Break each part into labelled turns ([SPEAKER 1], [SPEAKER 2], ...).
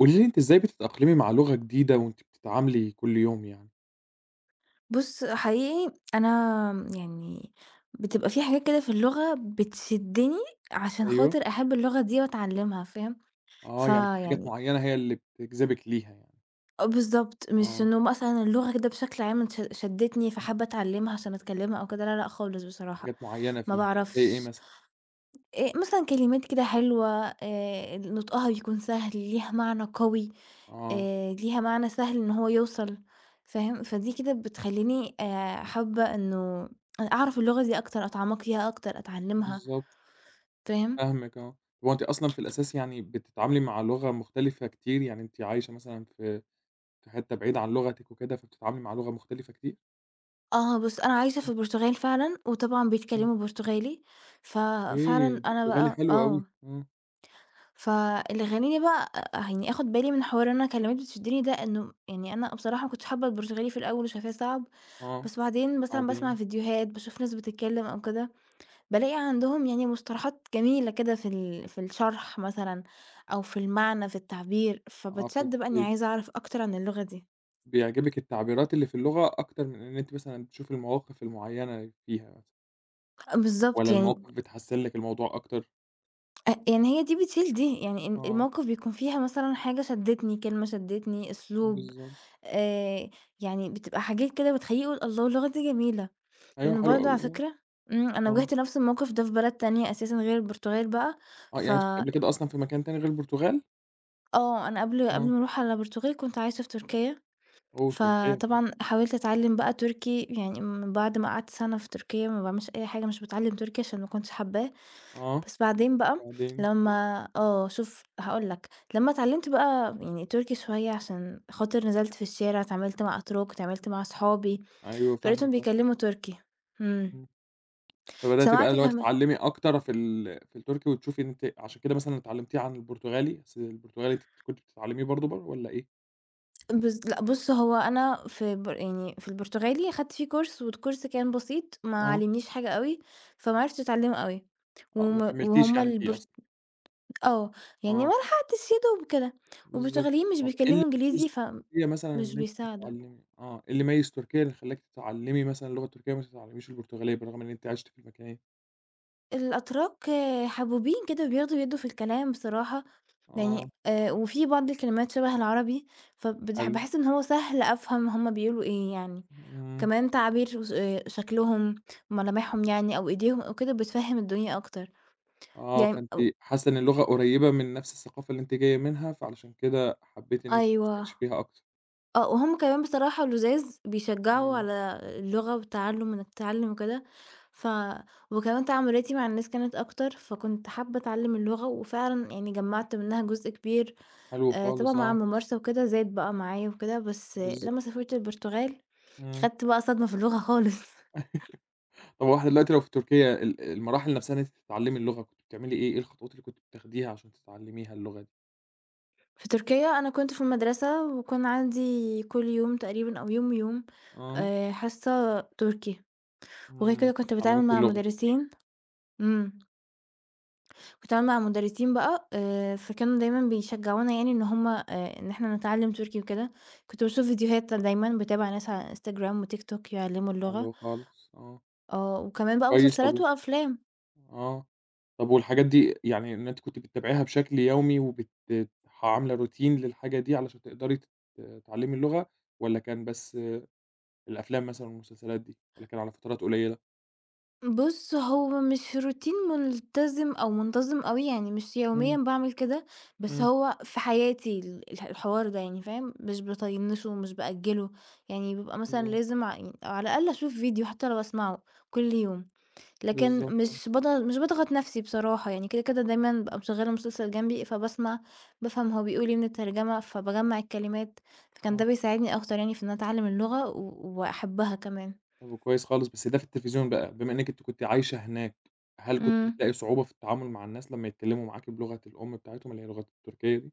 [SPEAKER 1] قولي لي أنتِ إزاي بتتأقلمي مع لغة جديدة وأنتِ بتتعاملي كل يوم يعني؟
[SPEAKER 2] بُص، حقيقي أنا يعني بتبقى في حاجات كده في اللغة بتشدني عشان
[SPEAKER 1] أيوه.
[SPEAKER 2] خاطر أحب اللغة دي وأتعلمها، فاهم؟
[SPEAKER 1] آه، يعني في حاجات
[SPEAKER 2] فيعني
[SPEAKER 1] معيّنة هي اللي بتجذبِك ليها يعني،
[SPEAKER 2] آه، بالضبط، مش
[SPEAKER 1] آه،
[SPEAKER 2] إنه مثلًا اللغة كده بشكل عام شدتني فحابة أتعلمها عشان أتكلمها أو كده، لا، لأ خالص بصراحة،
[SPEAKER 1] حاجات معيّنة
[SPEAKER 2] ما
[SPEAKER 1] فيها، زي إيه
[SPEAKER 2] باعرفش.
[SPEAKER 1] مثلًا؟
[SPEAKER 2] مثلًا كلمات كده حلوة، نطقها بيكون سهل، ليها معنى قوي،
[SPEAKER 1] آه،
[SPEAKER 2] ليها معنى سهل إن هو يوصل، فاهم؟ فدي كده بتخلّيني حابة إنه أعرف اللغة دي أكتر، أتعمّق فيها أكتر، أتعلّمها،
[SPEAKER 1] بالضبط،
[SPEAKER 2] فاهم؟
[SPEAKER 1] فاهمِك آه. هو أنتِ أصلًا في الأساس يعني بتتعاملي مع لغة مختلفة كتير، يعني أنتِ عايشة مثلًا في حتّة بعيدة عن لغتِك وكده، فبتتعاملي مع لغة مختلفة كتير؟
[SPEAKER 2] آه، بُص أنا عايشة في البرتغال فعلًا، وطبعًا بيتكلموا برتغالي، ففعلًا
[SPEAKER 1] أوكي،
[SPEAKER 2] أنا
[SPEAKER 1] برتغالي
[SPEAKER 2] بقى
[SPEAKER 1] حلو أوي، آه،
[SPEAKER 2] فاللي خلّاني بقى يعني آخُد بالي من حوار إن أنا كلمات بتشدني ده، إنه يعني أنا بصراحة ما كنتش حابة البرتغالي في الأول وشايفاه صعب.
[SPEAKER 1] آه،
[SPEAKER 2] بس بعدين مثلًا باسمع
[SPEAKER 1] وبعدين؟
[SPEAKER 2] فيديوهات، باشوف ناس بتتكلم أو كده، بالاقي عندهم يعني مصطلحات جميلة كده في في الشرح مثلًا أو في المعنى، في التعبير،
[SPEAKER 1] آه، ف
[SPEAKER 2] فباتشد بقى إني عايزة أعرف أكتر عن اللغة دي.
[SPEAKER 1] بيعجبِك التعبيرات اللي في اللغة أكتر من إن أنتِ مثلًا بتشوفي المواقف المعيّنة فيها مثلًا،
[SPEAKER 2] بالضبط،
[SPEAKER 1] والّا
[SPEAKER 2] يعني
[SPEAKER 1] المواقف بتحسِّن لِك الموضوع أكتر؟
[SPEAKER 2] يعني هي دي بتشيل دي، يعني
[SPEAKER 1] آه،
[SPEAKER 2] الموقف بيكون فيها مثلًا حاجة شدّتني، كلمة شدّتني، أسلوب،
[SPEAKER 1] بالضبط.
[SPEAKER 2] آآ يعني بتبقى حاجات كده بتخلّيه يقول الله اللغة دي جميلة.
[SPEAKER 1] أيوه
[SPEAKER 2] لإن
[SPEAKER 1] حلو
[SPEAKER 2] برضه
[SPEAKER 1] أوي،
[SPEAKER 2] على
[SPEAKER 1] آه،
[SPEAKER 2] فكرة أنا
[SPEAKER 1] آه.
[SPEAKER 2] واجهت نفس الموقف ده في بلد تانية أساسًا غير البرتغال بقى.
[SPEAKER 1] آه،
[SPEAKER 2] ف
[SPEAKER 1] يعني أنتِ كنتِ قبل كده أصلًا في مكان تاني غير البرتغال؟
[SPEAKER 2] آه، أنا قبل
[SPEAKER 1] آه،
[SPEAKER 2] ما أروح على البرتغال كنت عايشة في تركيا،
[SPEAKER 1] أوه! تركيا،
[SPEAKER 2] فطبعًا حاولت أتعلّم بقى تركي، يعني من بعد ما قعدت سَنة في تركيا ما باعملش أي حاجة، مش باتعلّم تركي عشان ما كنتش حاباه.
[SPEAKER 1] آه،
[SPEAKER 2] بس بعدين بقى
[SPEAKER 1] وبعدين؟
[SPEAKER 2] لمّا شوف هاقول لك، لمّا اتعلّمت بقى يعني تركي شوية عشان خاطر نزلت في الشارع، اتعاملت مع أتراك، اتعاملت مع صحابي،
[SPEAKER 1] أيوه
[SPEAKER 2] فلقيتهم
[SPEAKER 1] فاهمِك آه،
[SPEAKER 2] بيتكلّموا تركي. إمم،
[SPEAKER 1] إمم. فبدأتِ بقى
[SPEAKER 2] سمعت
[SPEAKER 1] اللي هو
[SPEAKER 2] كمان.
[SPEAKER 1] تتعلّمي أكتر في التركي وتشوفي أنتِ عشان كده مثلًا اتعلّمتيه عن البرتغالي؟ أصل البرتغالي أنتِ كنتِ بتتعلّميه برضه برّه والّا إيه؟
[SPEAKER 2] بس لأ، بُص، هو أنا في يعني في البرتغالي خدت فيه كورس والكورس كان بسيط، ما
[SPEAKER 1] آه،
[SPEAKER 2] علّمنيش حاجة أوي، فما عرفتش أتعلّمه أوي،
[SPEAKER 1] آه،
[SPEAKER 2] وم
[SPEAKER 1] ما كمّلتيش
[SPEAKER 2] وهُم إمم.
[SPEAKER 1] يعني فيه
[SPEAKER 2] البرت
[SPEAKER 1] أصلًا،
[SPEAKER 2] آه، يعني ما
[SPEAKER 1] آه.
[SPEAKER 2] لحقتش يا دوب كده،
[SPEAKER 1] بالضبط.
[SPEAKER 2] والبرتغاليين مش
[SPEAKER 1] طب إيه اللي
[SPEAKER 2] بيتكلّموا
[SPEAKER 1] ميّز
[SPEAKER 2] إنجليزي
[SPEAKER 1] تركيا مثلًا
[SPEAKER 2] فمش
[SPEAKER 1] إن أنتِ
[SPEAKER 2] بيساعدوا.
[SPEAKER 1] تتعلمي آه. إيه اللي ميّز تركيا اللي خلّاكِ تتعلمي مثلًا اللغة التركية وما تتعلميش البرتغالية بالرغم إن أنتِ عِشتِ في المكانين؟
[SPEAKER 2] الأتراك آه، حبوبين كده وبياخدوا ويدّوا في الكلام بصراحة، يعني
[SPEAKER 1] آه،
[SPEAKER 2] وفي بعض الكلمات شبه العربي،
[SPEAKER 1] حلو.
[SPEAKER 2] باحس إن هو سهل أفهم هُم بيقولوا إيه يعني.
[SPEAKER 1] إمم.
[SPEAKER 2] كمان تعابير شكلهم، ملامحهم يعني أو إيديهم أو كده بتفهّم الدنيا أكتر،
[SPEAKER 1] آه،
[SPEAKER 2] يعني
[SPEAKER 1] فأنتِ
[SPEAKER 2] أو
[SPEAKER 1] حاسة إن اللغة قريّبة من نَفْس الثقافة اللي أنتِ جاية منها، فعلشان كده حبّيتِ إن أنتِ
[SPEAKER 2] أيوه،
[SPEAKER 1] تستكشفيها أكتر.
[SPEAKER 2] آه، وهُم كمان بصراحة لُذاذ بيشجّعوا
[SPEAKER 1] إمم.
[SPEAKER 2] على اللغة والتعلُّم إنك تتعلّم وكده، ف وكمان تعاملاتي مع الناس كانت أكتر، فكنت حابة أتعلّم اللغة وفعلًا يعني جمّعت منها جزء كبير.
[SPEAKER 1] حلو
[SPEAKER 2] طبعًا
[SPEAKER 1] خالص
[SPEAKER 2] مع
[SPEAKER 1] آه،
[SPEAKER 2] الممارسة وكده زاد بقى معايا وكده، بس آه،
[SPEAKER 1] بالضبط.
[SPEAKER 2] لمّا سافرت البرتغال
[SPEAKER 1] إمم.
[SPEAKER 2] خدت بقى صدمة في اللغة خالص.
[SPEAKER 1] طب هو إحنا دلوقتي لو في تركيا المراحل نَفْسها إن أنتِ تتعلمي اللغة، كنتِ بتعملي إيه؟ إيه الخطوات اللي كنتِ بتاخديها عشان تتعلميها اللغة دي؟
[SPEAKER 2] في تركيا أنا كنت في المدرسة، وكان عندي كل يوم تقريبًا أو يوم ويوم
[SPEAKER 1] آه.
[SPEAKER 2] حصة تركي، وغير كده
[SPEAKER 1] إمم.
[SPEAKER 2] كنت
[SPEAKER 1] بيعلّموكِ
[SPEAKER 2] باتعامل مع
[SPEAKER 1] اللغة.
[SPEAKER 2] مدرسين، إمم، كنت باتعامل مع مدرسين بقى، فكانوا دايمًا بيشجعونا يعني إن هُم إن إحنا نتعلم تركي وكده. كنت باشوف فيديوهات دايمًا، باتابع ناس على Instagram وTikTok يعلموا
[SPEAKER 1] حلو
[SPEAKER 2] اللغة،
[SPEAKER 1] خالص، آه،
[SPEAKER 2] آه، وكمان بقى
[SPEAKER 1] كويس طَب
[SPEAKER 2] مسلسلات
[SPEAKER 1] و
[SPEAKER 2] وأفلام.
[SPEAKER 1] آه، طَب والحاجات دي يعني إن أنتِ كنتِ بتتابعيها بشكل يومي وبت ح عاملة روتين للحاجة دي علشان تقدري تتعلمي اللغة، والّا كان بس الأفلام مثلًا والمسلسلات دي، والّا كان على فترات قليلة؟
[SPEAKER 2] بُص، هو مش روتين ملتزم أو منتظم أوي، يعني مش يوميًا
[SPEAKER 1] إمم،
[SPEAKER 2] باعمل كده، بس
[SPEAKER 1] إمم،
[SPEAKER 2] هو في حياتي ال الح الحوار ده يعني فاهم، مش باطنّشه ومش بأجّله، يعني بيبقى مثلًا
[SPEAKER 1] بالضبط،
[SPEAKER 2] لازم يعني على الأقل أشوف فيديو حتى لو أسمعه كل يوم، لكن
[SPEAKER 1] بالضبط آه،
[SPEAKER 2] مش باضغط نَفْسي بصراحة. يعني كده، كده دايمًا بابقى مشغّلة مسلسل جنبي فباسمع، بافهم هو بيقول إيه من الترجمة، فباجمّع الكلمات، فكان ده
[SPEAKER 1] آه،
[SPEAKER 2] بيساعدني أكتر يعني في إن أنا أتعلّم اللغة وأحبّها كمان.
[SPEAKER 1] طَب كويس خالص، بس ده في التلفزيون بقى، بما إنِّك أنتِ كنتِ عايشة هناك، هل كنتِ
[SPEAKER 2] إمم.
[SPEAKER 1] بتلاقي صعوبة في التعامل مع الناس لمّا يتكلموا معاكِ بلغة الأم بتاعتهم اللي هي لغة التركية دي؟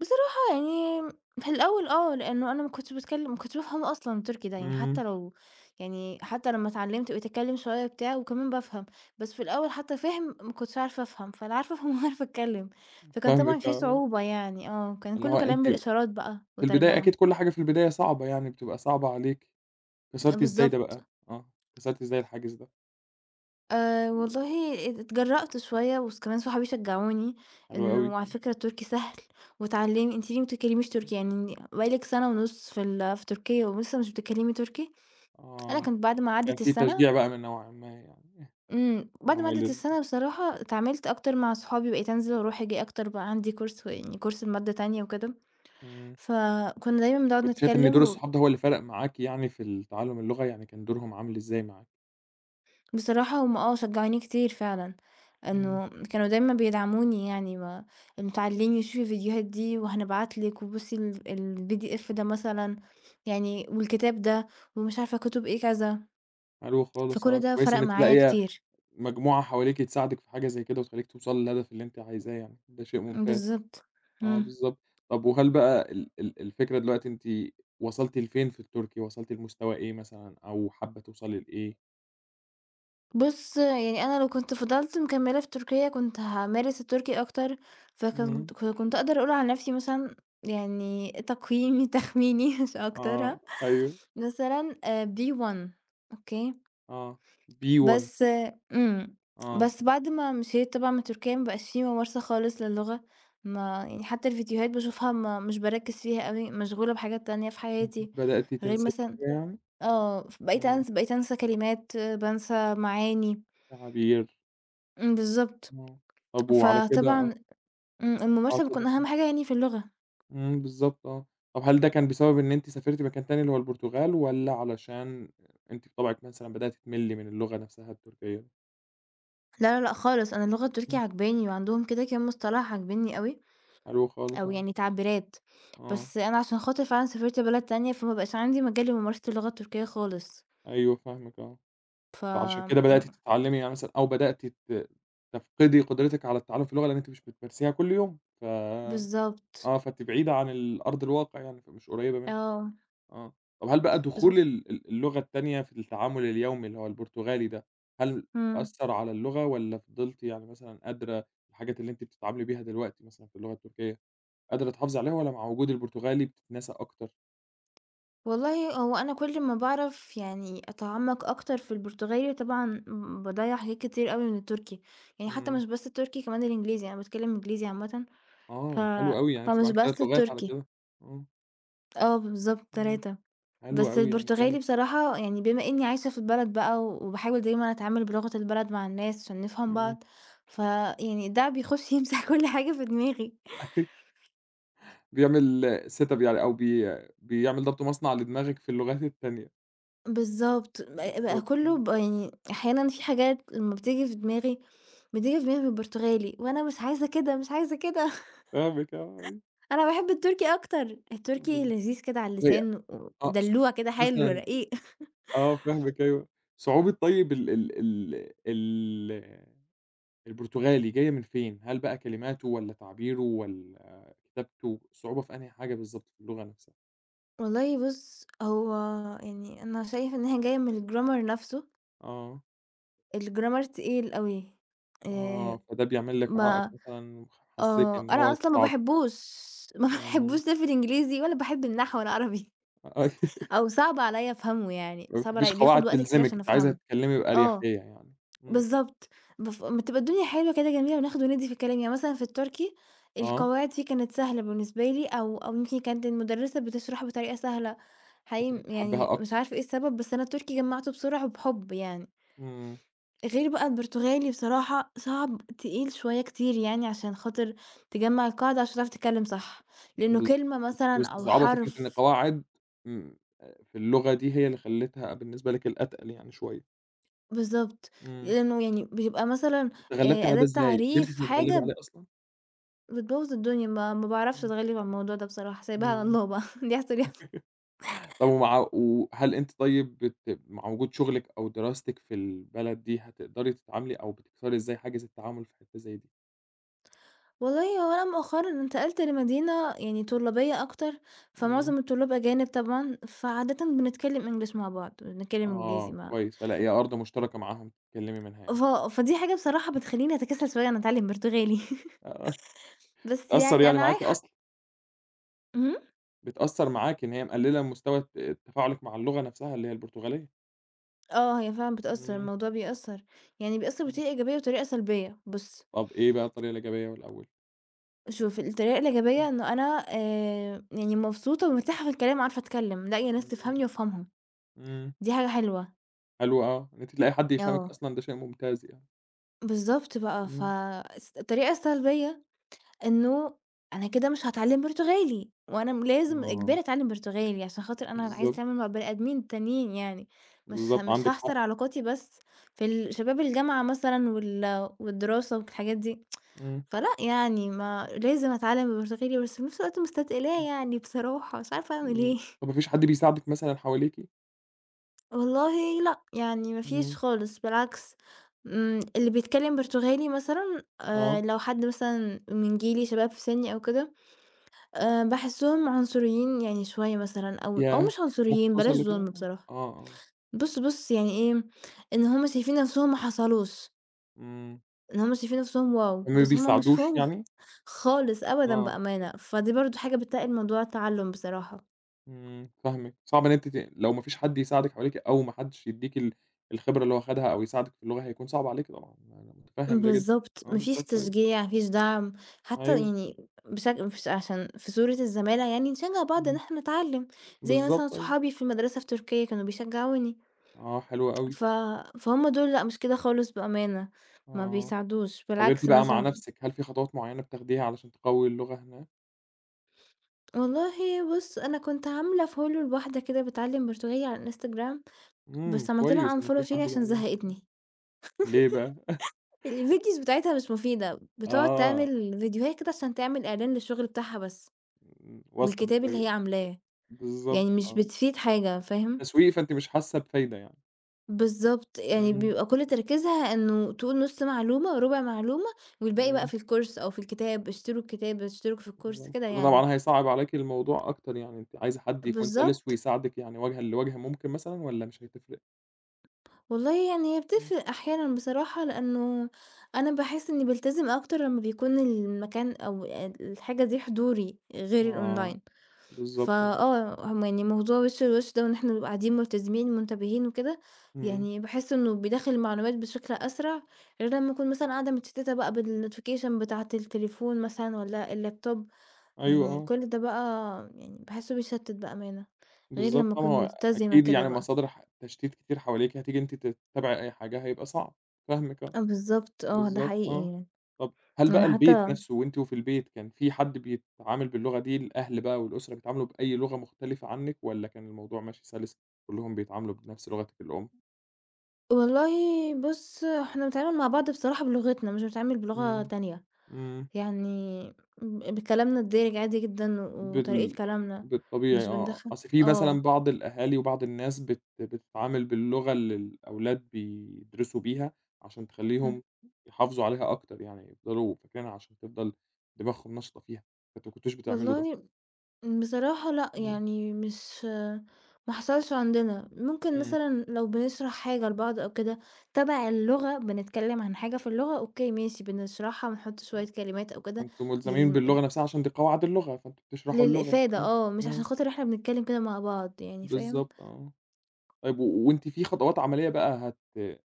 [SPEAKER 2] بصراحة يعني في الأول آه، لإنه أنا ما كنتش باتكلم، ما كنتش بافهم أصلًا تركي ده، يعني حتى
[SPEAKER 1] إمم،
[SPEAKER 2] لو، يعني حتى لمّا اتعلمت بقيت أتكلم شوية وبتاع وكمان بافهم. بس في الأول حتى فِهم ما كنتش عارفة أفهم، فلا عارفة أفهم ولا عارفة أتكلم، فكان طبعًا
[SPEAKER 1] فاهمِك
[SPEAKER 2] في
[SPEAKER 1] آه،
[SPEAKER 2] صعوبة يعني آه، كان
[SPEAKER 1] اللي
[SPEAKER 2] كلّه
[SPEAKER 1] هو
[SPEAKER 2] كلام
[SPEAKER 1] أنتِ
[SPEAKER 2] بالإشارات بقى
[SPEAKER 1] في البداية أكيد
[SPEAKER 2] وترجمة.
[SPEAKER 1] كل حاجة في البداية صعبة يعني، بتبقى صعبة عليكِ، كسرتِ إزاي ده
[SPEAKER 2] بالضبط،
[SPEAKER 1] بقى؟ آه، كسرتِ إزاي الحاجز ده؟
[SPEAKER 2] والله اتجرأت شوية، وكمان صحابي شجعوني
[SPEAKER 1] حلو أوي،
[SPEAKER 2] إنه على فكرة التركي سهل واتعلمي، أنتِ ليه ما بتتكلميش تركي يعني بقى لِك سنة ونُص في في تركيا ولسه مش بتتكلمي تركي؟ أنا
[SPEAKER 1] آه،
[SPEAKER 2] كنت بعد ما
[SPEAKER 1] كان
[SPEAKER 2] عدِّت
[SPEAKER 1] في
[SPEAKER 2] السَنة،
[SPEAKER 1] تشجيع بقى من نوعٍ ما يعني، إن
[SPEAKER 2] بعد
[SPEAKER 1] هُم
[SPEAKER 2] ما عدِّت
[SPEAKER 1] ال
[SPEAKER 2] السَنة بصراحة اتعاملت أكتر مع صحابي، بقيت أنزل وأروح آجي أكتر، بقى عندي كورس يعني كورس لمادة تانية وكده،
[SPEAKER 1] إمم،
[SPEAKER 2] فكنا دايمًا بنقعد
[SPEAKER 1] كنتِ شايفة إن دور
[SPEAKER 2] نتكلّم.
[SPEAKER 1] الصحاب ده هو اللي فرق معاكِ يعني في ال تعلُّم اللغة، يعني كان دورهم عامل إزاي معاكِ؟
[SPEAKER 2] وبصراحة هُم آه شجعوني كتير فعلًا،
[SPEAKER 1] إمم،
[SPEAKER 2] إنه كانوا دايمًا بيدعموني يعني، ما إنه "تعالِي شوفي الفيديوهات دي وهنبعت لِك، وبُصي الPDF ده مثلًا، يعني والكتاب ده." ومش عارفة كُتب إيه كذا،
[SPEAKER 1] حلو خالص
[SPEAKER 2] فكل
[SPEAKER 1] آه،
[SPEAKER 2] ده
[SPEAKER 1] كويس
[SPEAKER 2] فرَق
[SPEAKER 1] إن أنتِ
[SPEAKER 2] معايا
[SPEAKER 1] لاقية
[SPEAKER 2] كتير.
[SPEAKER 1] مجموعة حواليكِ تساعدِك في حاجة زي كده وتخلّيكِ توصلي للهدف اللي أنتِ عايزاه يعني، ده شيء ممتاز.
[SPEAKER 2] بالضبط.
[SPEAKER 1] آه
[SPEAKER 2] إمم.
[SPEAKER 1] بالضبط. طب وهل بقى ال ال الفكرة دلوقتي أنتِ وصلتِ لفين في التركي، وصلتِ لمستوى إيه مثلًا أو حابة توصلي لإيه؟
[SPEAKER 2] بُص، يعني أنا لو كنت فضلت مكمّلة في تركيا كنت هامارس التركي أكتر، فكان
[SPEAKER 1] إمم.
[SPEAKER 2] كنت أقدر أقول على نَفْسي مثلًا، يعني تقييمي تخميني مش أكتر ها،
[SPEAKER 1] آه، أيوه،
[SPEAKER 2] مثلًا B1. أوكي،
[SPEAKER 1] آه، B1
[SPEAKER 2] بس إمم،
[SPEAKER 1] آه،
[SPEAKER 2] بس بعد ما مشيت طبعًا من تركيا ما بقاش في ممارسة خالص للغة، ما يعني حتى الفيديوهات باشوفها ما مش باركّز فيها أوي، مشغولة بحاجات تانية في حياتي،
[SPEAKER 1] بدأتِ
[SPEAKER 2] غير
[SPEAKER 1] تنسبي
[SPEAKER 2] مثلًا
[SPEAKER 1] يعني؟
[SPEAKER 2] آه،
[SPEAKER 1] إمم،
[SPEAKER 2] بقيت أنسى كلمات، بانسى معاني،
[SPEAKER 1] تعابير،
[SPEAKER 2] إمم، بالضبط.
[SPEAKER 1] آه، طب وعلى كده
[SPEAKER 2] فطبعًا
[SPEAKER 1] آه،
[SPEAKER 2] إمم،
[SPEAKER 1] آه
[SPEAKER 2] الممارسة
[SPEAKER 1] اتفضل
[SPEAKER 2] بتكون أهم
[SPEAKER 1] كمّلي.
[SPEAKER 2] حاجة يعني في اللغة.
[SPEAKER 1] إمم، بالضبط آه، طب هل ده كان بسبب إن أنتِ سافرتِ مكان تاني اللي هو البرتغال، والّا علشان أنتِ بطبعِك مثلًا بدأتِ تملّي من اللغة نفسها التركية؟
[SPEAKER 2] لا، لا، لأ خالص، أنا اللغة التركي
[SPEAKER 1] إمم،
[SPEAKER 2] عاجباني وعندهم كده كام مصطلح عاجبني أوي،
[SPEAKER 1] حلو خالص
[SPEAKER 2] أو
[SPEAKER 1] آه،
[SPEAKER 2] يعني تعبيرات،
[SPEAKER 1] آه،
[SPEAKER 2] بس أنا عشان خاطر فعلًا سافرت بلد تانية، فما بقاش عندي مجال لممارسة اللغة التركية خالص.
[SPEAKER 1] أيوه فاهمِك آه.
[SPEAKER 2] ف
[SPEAKER 1] فعشان كده بدأتِ
[SPEAKER 2] يعني
[SPEAKER 1] تتعلمي يعني مثلًا أو بدأتِ تفقدي قدرتِك على التعلم في اللغة، لأن أنتِ مش بتمارسيها كل يوم، ف
[SPEAKER 2] بالضبط،
[SPEAKER 1] آه، فأنتِ بعيدة عن الأرض الواقع يعني، فمش قريبة منها،
[SPEAKER 2] آه،
[SPEAKER 1] آه. طب هل بقى دخول
[SPEAKER 2] بالضب
[SPEAKER 1] ال ال اللغة التانية في التعامل اليومي اللي هو البرتغالي ده، هل
[SPEAKER 2] إمم.
[SPEAKER 1] أثّر على اللغة والّا فضلتِ يعني مثلًا قادرة الحاجات اللي أنتِ بتتعاملي بيها دلوقتي مثلًا في اللغة التركية، قادرة تحافظي عليها والّا مع وجود البرتغالي بتتنسى أكتر؟
[SPEAKER 2] والله هو أنا كل ما باعرف يعني أتعمق أكتر في البرتغالي طبعًا باضيّع حاجات كتير أوي من التركي، يعني حتى
[SPEAKER 1] إمم،
[SPEAKER 2] مش بس التركي كمان الإنجليزي، أنا باتكلم إنجليزي عامةً، ف
[SPEAKER 1] آه، حلو أوي، يعني أنتِ
[SPEAKER 2] فمش
[SPEAKER 1] معاكِ 3
[SPEAKER 2] بس
[SPEAKER 1] لغات على
[SPEAKER 2] التركي.
[SPEAKER 1] كده. آه،
[SPEAKER 2] آه بالضبط
[SPEAKER 1] إمم،
[SPEAKER 2] 3.
[SPEAKER 1] حلو
[SPEAKER 2] بس
[SPEAKER 1] أوي يعني،
[SPEAKER 2] البرتغالي
[SPEAKER 1] جامد.
[SPEAKER 2] بصراحة يعني بما إني عايشة في البلد بقى وباحاول دايمًا أتعامل بلغة البلد مع الناس عشان نفهم
[SPEAKER 1] إمم.
[SPEAKER 2] بعض، فيعني ده بيخش يمسح كل حاجة في دماغي.
[SPEAKER 1] بيعمل setup يعني أو بيعمل ضبط مصنع لدماغك في اللغات التانية،
[SPEAKER 2] بالضبط بق بقى
[SPEAKER 1] بالضبط،
[SPEAKER 2] كله
[SPEAKER 1] إمم،
[SPEAKER 2] يعني أحيانًا في حاجات لمّا بتيجي في دماغي، بالبرتغالي وأنا مش عايزة كده، مش عايزة كده.
[SPEAKER 1] فاهمِك آه، أيوه،
[SPEAKER 2] أنا باحب التركي أكتر، التركي
[SPEAKER 1] بالضبط.
[SPEAKER 2] لذيذ كده على
[SPEAKER 1] طب هي
[SPEAKER 2] اللسان
[SPEAKER 1] آه، صعوبة
[SPEAKER 2] ودلوع كده حلو
[SPEAKER 1] مثلًا
[SPEAKER 2] رقيق.
[SPEAKER 1] آه، فاهمِك أيوه، صعوبة طيب ال ال ال ال البرتغالي جاية من فين؟ هل بقى كلماته والّا تعبيره والّا كتابته، الصعوبة في أنهي حاجة بالضبط في اللغة نفسها؟
[SPEAKER 2] والله بُص، هو يعني أنا شايفة إن هي جاية من الgrammar نفسه،
[SPEAKER 1] آه،
[SPEAKER 2] الgrammar تقيل أوي، آآ
[SPEAKER 1] آه، فده بيعمل لك عائق
[SPEAKER 2] ما
[SPEAKER 1] مثلًا، محسسِك
[SPEAKER 2] آه،
[SPEAKER 1] إن
[SPEAKER 2] أنا
[SPEAKER 1] هو
[SPEAKER 2] أصلًا ما
[SPEAKER 1] صعب،
[SPEAKER 2] باحبوش، ما
[SPEAKER 1] إمم،
[SPEAKER 2] باحبوش ده في الإنجليزي ولا باحب النحو العربي،
[SPEAKER 1] أيوه.
[SPEAKER 2] أو صعب عليَّ أفهمه يعني،
[SPEAKER 1] ما
[SPEAKER 2] صعب
[SPEAKER 1] بتحبيش
[SPEAKER 2] عليَّ بياخد
[SPEAKER 1] قواعد
[SPEAKER 2] وقت كتير
[SPEAKER 1] تلزمِك،
[SPEAKER 2] عشان
[SPEAKER 1] أنتِ عايزة
[SPEAKER 2] أفهمه،
[SPEAKER 1] تتكلمي
[SPEAKER 2] آه،
[SPEAKER 1] بأريحية يعني. إمم،
[SPEAKER 2] بالضبط، أمّا تبقى الدنيا حلوة كده جميلة وناخد وندّي في الكلام، يعني مثلًا في التركي
[SPEAKER 1] آه،
[SPEAKER 2] القواعد فيه كانت سهلة بالنسبة لي، أو يمكن كانت المُدرسة بتشرح بطريقة سهلة، حقيقي
[SPEAKER 1] أنتِ كنتِ
[SPEAKER 2] يعني
[SPEAKER 1] حاباها
[SPEAKER 2] مش
[SPEAKER 1] أكتر.
[SPEAKER 2] عارفة إيه السبب، بس أنا التركي جمّعته بسرعة وبحُب يعني.
[SPEAKER 1] إمم،
[SPEAKER 2] غير بقى البرتغالي بصراحة صعب تقيل شوية كتير، يعني عشان خاطر تجمّع القاعدة عشان تعرف تتكلّم صح، لإنه
[SPEAKER 1] بالضبط،
[SPEAKER 2] كلمة
[SPEAKER 1] كنتِ
[SPEAKER 2] مثلًا أو
[SPEAKER 1] مستصعبة فكرة إن
[SPEAKER 2] حرف،
[SPEAKER 1] قواعد إمم، في اللغة دي هي اللي خلّتها بالنسبة لِك الأتقل يعني شوية.
[SPEAKER 2] بالضبط،
[SPEAKER 1] إمم،
[SPEAKER 2] لإنه يعني بيبقى مثلًا
[SPEAKER 1] طب تغلبتِ على
[SPEAKER 2] أداة
[SPEAKER 1] ده إزاي؟ قدرتِ
[SPEAKER 2] تعريف
[SPEAKER 1] تتغلبي
[SPEAKER 2] حاجة
[SPEAKER 1] عليه أصلًا؟
[SPEAKER 2] بتبوّظ الدنيا، ما باعرفش
[SPEAKER 1] إمم،
[SPEAKER 2] أتغلّب على الموضوع ده بصراحة، سايباها على
[SPEAKER 1] إمم،
[SPEAKER 2] الله بقى، اللي يحصل يحصل.
[SPEAKER 1] طب وهل أنتِ طيب مع وجود شغلِك أو دراستِك في البلد دي هتقدري تتعاملي أو بتكسري إزاي حاجز التعامل في حتة زي دي؟
[SPEAKER 2] والله هو أنا مؤخرًا انتقلت لمدينة يعني طلابية أكتر،
[SPEAKER 1] إمم.
[SPEAKER 2] فمعظم الطلاب أجانب طبعًا، فعادةً بنتكلّم English مع بعض، بنتكلّم إنجليزي،
[SPEAKER 1] آه،
[SPEAKER 2] ما
[SPEAKER 1] كويس، فلاقية أرض مشتركة معاهم تتكلمي منها يعني.
[SPEAKER 2] ف فدي حاجة بصراحة بتخلّيني أتكاسل شوية إن أنا أتعلّم برتغالي.
[SPEAKER 1] آه،
[SPEAKER 2] بس
[SPEAKER 1] بتأثّر
[SPEAKER 2] يعني
[SPEAKER 1] يعني
[SPEAKER 2] أنا
[SPEAKER 1] معاكِ
[SPEAKER 2] عايحة
[SPEAKER 1] أصلًا،
[SPEAKER 2] اهم،
[SPEAKER 1] بتأثّر معاكِ إن هي مقلّلة من مستوى تفاعلُك مع اللغة نفسها اللي هي البرتغالية،
[SPEAKER 2] آه، هي فعلًا بتأثّر،
[SPEAKER 1] إمم،
[SPEAKER 2] الموضوع بيأثّر، يعني بيأثّر
[SPEAKER 1] إمم،
[SPEAKER 2] بطريقة إيجابية وطريقة سلبية، بُص،
[SPEAKER 1] طَب إيه بقى الطريقة الإيجابية والأول؟
[SPEAKER 2] شوف الطريقة
[SPEAKER 1] إمم،
[SPEAKER 2] الإيجابية إنه أنا يعني مبسوطة ومرتاحة في الكلام وعارفة أتكلّم، لاقية ناس
[SPEAKER 1] إمم،
[SPEAKER 2] تفهمني وأفهمها،
[SPEAKER 1] إمم،
[SPEAKER 2] دي حاجة حلوة،
[SPEAKER 1] حلو آه، إن أنتِ تلاقي حد يفهمِك
[SPEAKER 2] آه،
[SPEAKER 1] أصلًا ده شيء ممتاز يعني،
[SPEAKER 2] بالضبط بقى.
[SPEAKER 1] إمم،
[SPEAKER 2] الطريقة السلبية إنه أنا كده مش هاتعلّم برتغالي، وأنا لازم
[SPEAKER 1] آه،
[SPEAKER 2] إجباري أتعلّم برتغالي عشان خاطر أنا عايزة
[SPEAKER 1] بالضبط،
[SPEAKER 2] أتعامل مع بني آدمين تانيين يعني،
[SPEAKER 1] بالضبط
[SPEAKER 2] مش
[SPEAKER 1] عندِك
[SPEAKER 2] هاحصر
[SPEAKER 1] حق،
[SPEAKER 2] علاقاتي بس في شباب الجامعة مثلًا والدراسة والحاجات دي،
[SPEAKER 1] إمم،
[SPEAKER 2] فلأ يعني ما لازم أتعلّم البرتغالي، بس في نفس الوقت مستثقلاه
[SPEAKER 1] إمم،
[SPEAKER 2] يعني بصراحة، مش عارفة أعمل
[SPEAKER 1] إمم،
[SPEAKER 2] إيه.
[SPEAKER 1] طَب ما فيش حد بيساعدِك مثلًا حواليكِ؟
[SPEAKER 2] والله لأ، يعني ما فيش
[SPEAKER 1] إمم،
[SPEAKER 2] خالص، بالعكس، إمم، اللي بيتكلّم برتغالي مثلًا
[SPEAKER 1] آه،
[SPEAKER 2] لو حد مثلًا من جيلي شباب في سِنّي أو كده، باحسّهم عنصريين يعني شوية، مثلًا أو
[SPEAKER 1] ياه!
[SPEAKER 2] مش
[SPEAKER 1] ممكن
[SPEAKER 2] عنصريين، بلاش
[SPEAKER 1] توصل
[SPEAKER 2] ظلم
[SPEAKER 1] لكده، آه،
[SPEAKER 2] بصراحة.
[SPEAKER 1] آه، آه،
[SPEAKER 2] بُص يعني إيه، إن هُم شايفين نَفْسهم ما حصلوش،
[SPEAKER 1] إمم،
[SPEAKER 2] إن هُم شايفين نَفْسهم واو،
[SPEAKER 1] هُم ما
[SPEAKER 2] بس هُم مش
[SPEAKER 1] بيساعدوش
[SPEAKER 2] واو.
[SPEAKER 1] يعني؟
[SPEAKER 2] خالص أبدًا
[SPEAKER 1] آه.
[SPEAKER 2] بأمانة، فدي برضه حاجة بتعِّقد موضوع التعلُّم بصراحة.
[SPEAKER 1] إمم، فاهمِك، صعب إن أنتِ لو ما فيش حد يساعدِك حواليكِ أو ما حدش يدّيكِ الخبرة اللي هو خدها أو يساعدِك في اللغة هيكون صعب عليكِ طبعًا، أنا متفهم ده جدًا،
[SPEAKER 2] بالضبط،
[SPEAKER 1] آه
[SPEAKER 2] ما فيش
[SPEAKER 1] بالضبط أيوه،
[SPEAKER 2] تشجيع، ما فيش دعم، حتى
[SPEAKER 1] أيوه،
[SPEAKER 2] يعني بشكل مش عشان في صورة الزمالة، يعني نشجّع بعض إن
[SPEAKER 1] إمم،
[SPEAKER 2] إحنا نتعلِّم، زي
[SPEAKER 1] بالضبط
[SPEAKER 2] مثلًا
[SPEAKER 1] أيوه،
[SPEAKER 2] صحابي في المدرسة في تركيا كانوا بيشجعوني،
[SPEAKER 1] آه حلو أوي،
[SPEAKER 2] ف فهُم دول لأ، مش كده خالص بأمانة، ما
[SPEAKER 1] آه،
[SPEAKER 2] بيساعدوش،
[SPEAKER 1] طَب أنتِ
[SPEAKER 2] بالعكس
[SPEAKER 1] بقى مع
[SPEAKER 2] مثلًا.
[SPEAKER 1] نفسِك هل في خطوات معيّنة بتاخديها علشان تقوّي اللغة هناك؟
[SPEAKER 2] والله بُص أنا كنت عاملة follow لواحدة كده بتعلّم برتغالي على الInstagram،
[SPEAKER 1] إمم،
[SPEAKER 2] بس عملت
[SPEAKER 1] كويس
[SPEAKER 2] لها
[SPEAKER 1] إن في
[SPEAKER 2] unfollow تاني
[SPEAKER 1] حد
[SPEAKER 2] عشان
[SPEAKER 1] بيعلمِك،
[SPEAKER 2] زهقتني،
[SPEAKER 1] ليه بقى؟
[SPEAKER 2] الvideos بتاعتها مش مفيدة، بتقعد
[SPEAKER 1] آه،
[SPEAKER 2] تعمل فيديوهات كده عشان تعمل إعلان للشغل بتاعها بس،
[SPEAKER 1] إمم، وصلِت
[SPEAKER 2] والكتاب اللي
[SPEAKER 1] أيوه،
[SPEAKER 2] هي عاملاه،
[SPEAKER 1] بالضبط
[SPEAKER 2] يعني مش
[SPEAKER 1] آه،
[SPEAKER 2] بتفيد حاجة، فاهم؟
[SPEAKER 1] تسويق فأنتِ مش حاسة بفايدة يعني،
[SPEAKER 2] بالضبط، يعني
[SPEAKER 1] إمم،
[SPEAKER 2] بيبقى كل تركيزها إنه تقول نُص معلومة، ربع معلومة، والباقي بقى
[SPEAKER 1] إمم.
[SPEAKER 2] في الcourse أو في الكتاب، اشتروا الكتاب، اشتروا في الcourse
[SPEAKER 1] بالضبط،
[SPEAKER 2] كده
[SPEAKER 1] ده
[SPEAKER 2] يعني.
[SPEAKER 1] طبعًا هيصعّب عليكِ الموضوع أكتر يعني، أنتِ عايزة حد يكون سَلِس
[SPEAKER 2] بالضبط.
[SPEAKER 1] ويساعدِك يعني وجهًا لوجه ممكن مثلًا والّا مش هتفرق؟
[SPEAKER 2] والله يعني هي
[SPEAKER 1] إمم.
[SPEAKER 2] بتفرق أحيانًا بصراحة، لإنه أنا باحس إني بالتزم أكتر لمّا بيكون المكان أو الحاجة دي حضوري غير الonline.
[SPEAKER 1] آه، بالضبط، آه،
[SPEAKER 2] فآه، هم يعني موضوع وِش لوِش ده وإن إحنا نبقى قاعدين ملتزمين ومنتبهين وكده،
[SPEAKER 1] إمم،
[SPEAKER 2] يعني باحس إنه بيدخّل المعلومات بشكل أسرع غير لمّا أكون مثلًا قاعدة متشتتة بقى بالnotification بتاعة التليفون مثلًا والّا الlaptop،
[SPEAKER 1] أيوه
[SPEAKER 2] يعني
[SPEAKER 1] آه،
[SPEAKER 2] كل ده بقى يعني باحسه بيشتت بأمانة، غير
[SPEAKER 1] بالضبط
[SPEAKER 2] لمّا
[SPEAKER 1] آه، ما
[SPEAKER 2] أكون
[SPEAKER 1] هو
[SPEAKER 2] ملتزمة
[SPEAKER 1] أكيد
[SPEAKER 2] كده
[SPEAKER 1] يعني
[SPEAKER 2] بقى.
[SPEAKER 1] مصادر تشتيت كتير حواليكِ، هتيجي أنتِ تتابعي أي حاجة هيبقى صعب، فاهمِك آه،
[SPEAKER 2] آه بالضبط آه، ده
[SPEAKER 1] بالضبط
[SPEAKER 2] حقيقي
[SPEAKER 1] آه،
[SPEAKER 2] يعني.
[SPEAKER 1] طَب هل
[SPEAKER 2] يعني
[SPEAKER 1] بقى البيت
[SPEAKER 2] حتى
[SPEAKER 1] نَفْسه وأنتِ وفي البيت كان في حد بيتعامل باللغة دي، الأهل بقى والأسرة بيتعاملوا بأي لغة مختلفة عنِّك والّا كان الموضوع ماشي سَلِس كلّهم بيتعاملوا بنَفْس لغتِك الأم؟
[SPEAKER 2] والله بُص، إحنا بنتعامل مع بعض بصراحة بلغتنا، مش بنتعامل بلغة
[SPEAKER 1] إمم،
[SPEAKER 2] تانية.
[SPEAKER 1] إمم.
[SPEAKER 2] يعني بكلامنا الدارج عادي جدًا وطريقة
[SPEAKER 1] بال
[SPEAKER 2] كلامنا،
[SPEAKER 1] بالطبيعي
[SPEAKER 2] مش
[SPEAKER 1] آه،
[SPEAKER 2] بندخّل
[SPEAKER 1] أصل في مثلًا
[SPEAKER 2] آه.
[SPEAKER 1] بعض الأهالي وبعض الناس بتتعامل باللغة اللي الأولاد بيدرسوا بيها، عشان
[SPEAKER 2] إمم.
[SPEAKER 1] تخلّيهم يحافظوا عليها أكتر يعني، يفضلوا فاكرينها عشان تفضل دماغهم نشطة فيها، فأنتم ما كنتوش بتعملوا ده.
[SPEAKER 2] والله بصراحة لأ،
[SPEAKER 1] إمم،
[SPEAKER 2] يعني مش ما حصلش عندنا. ممكن
[SPEAKER 1] إمم،
[SPEAKER 2] مثلًا لو بنشرح حاجة لبعض أو كده، تَبَع اللغة بنتكلم عن حاجة في اللغة، أوكي ماشي بنشرحها ونحط شوية كلمات أو كده،
[SPEAKER 1] فأنتم ملزمين
[SPEAKER 2] للم
[SPEAKER 1] باللغة نفسها عشان دي قواعد اللغة، فأنتم بتشرحوا اللغة.
[SPEAKER 2] للإفادة
[SPEAKER 1] إمم،
[SPEAKER 2] آه، مش عشان
[SPEAKER 1] إمم،
[SPEAKER 2] خاطر إحنا بنتكلم كده مع بعض يعني، فاهم؟
[SPEAKER 1] بالضبط آه. طيب وأنتِ في خطوات عملية بقى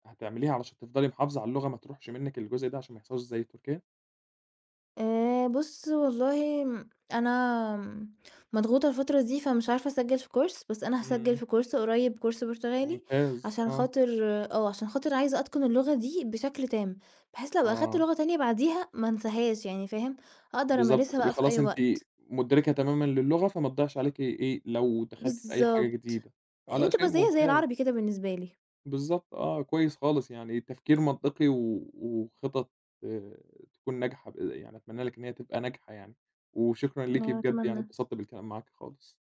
[SPEAKER 1] هتعمليها علشان تفضلي محافظة على اللغة ما تروحش منِّك الجزء ده عشان ما يحصلش زي تركيا؟
[SPEAKER 2] بُص والله أنا م مضغوطة الفترة دي، فمش عارفة أسجّل في كورس، بس أنا هاسجّل
[SPEAKER 1] إمم.
[SPEAKER 2] في كورس قريب، كورس برتغالي
[SPEAKER 1] ممتاز،
[SPEAKER 2] عشان
[SPEAKER 1] آه،
[SPEAKER 2] خاطر آه، عشان خاطر عايزة أتقن اللغة دي بشكل تام، بحيث لو أخدت
[SPEAKER 1] آه،
[SPEAKER 2] لغة تانية بعديها ما انساهاش يعني، فاهم؟ أقدر
[SPEAKER 1] بالضبط،
[SPEAKER 2] أمارسها
[SPEAKER 1] هتبقي
[SPEAKER 2] بقى في
[SPEAKER 1] خلاص
[SPEAKER 2] أي
[SPEAKER 1] أنتِ
[SPEAKER 2] وقت.
[SPEAKER 1] مُدركة تمامًا للغة، فما تضيعش عليكِ إيه، لو دخلتِ في أي حاجة
[SPEAKER 2] بالضبط.
[SPEAKER 1] جديدة. آه،
[SPEAKER 2] يعني
[SPEAKER 1] لأ شيء
[SPEAKER 2] تبقى زيّها زي
[SPEAKER 1] ممتاز،
[SPEAKER 2] العربي كده بالنسبة لي.
[SPEAKER 1] بالضبط آه، كويس خالص، يعني تفكير منطقي وخطط آآ، تكون ناجحة يعني أتمنى لِك إن هي تبقى ناجحة يعني، وشكرًا ليكِ
[SPEAKER 2] أنا
[SPEAKER 1] بجد يعني
[SPEAKER 2] أتمنى.
[SPEAKER 1] اتبسطت بالكلام معاكِ خالص،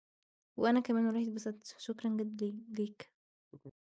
[SPEAKER 2] وأنا كمان والله اتبسطت، شكرًا جدًا ليك.
[SPEAKER 1] شكرًا.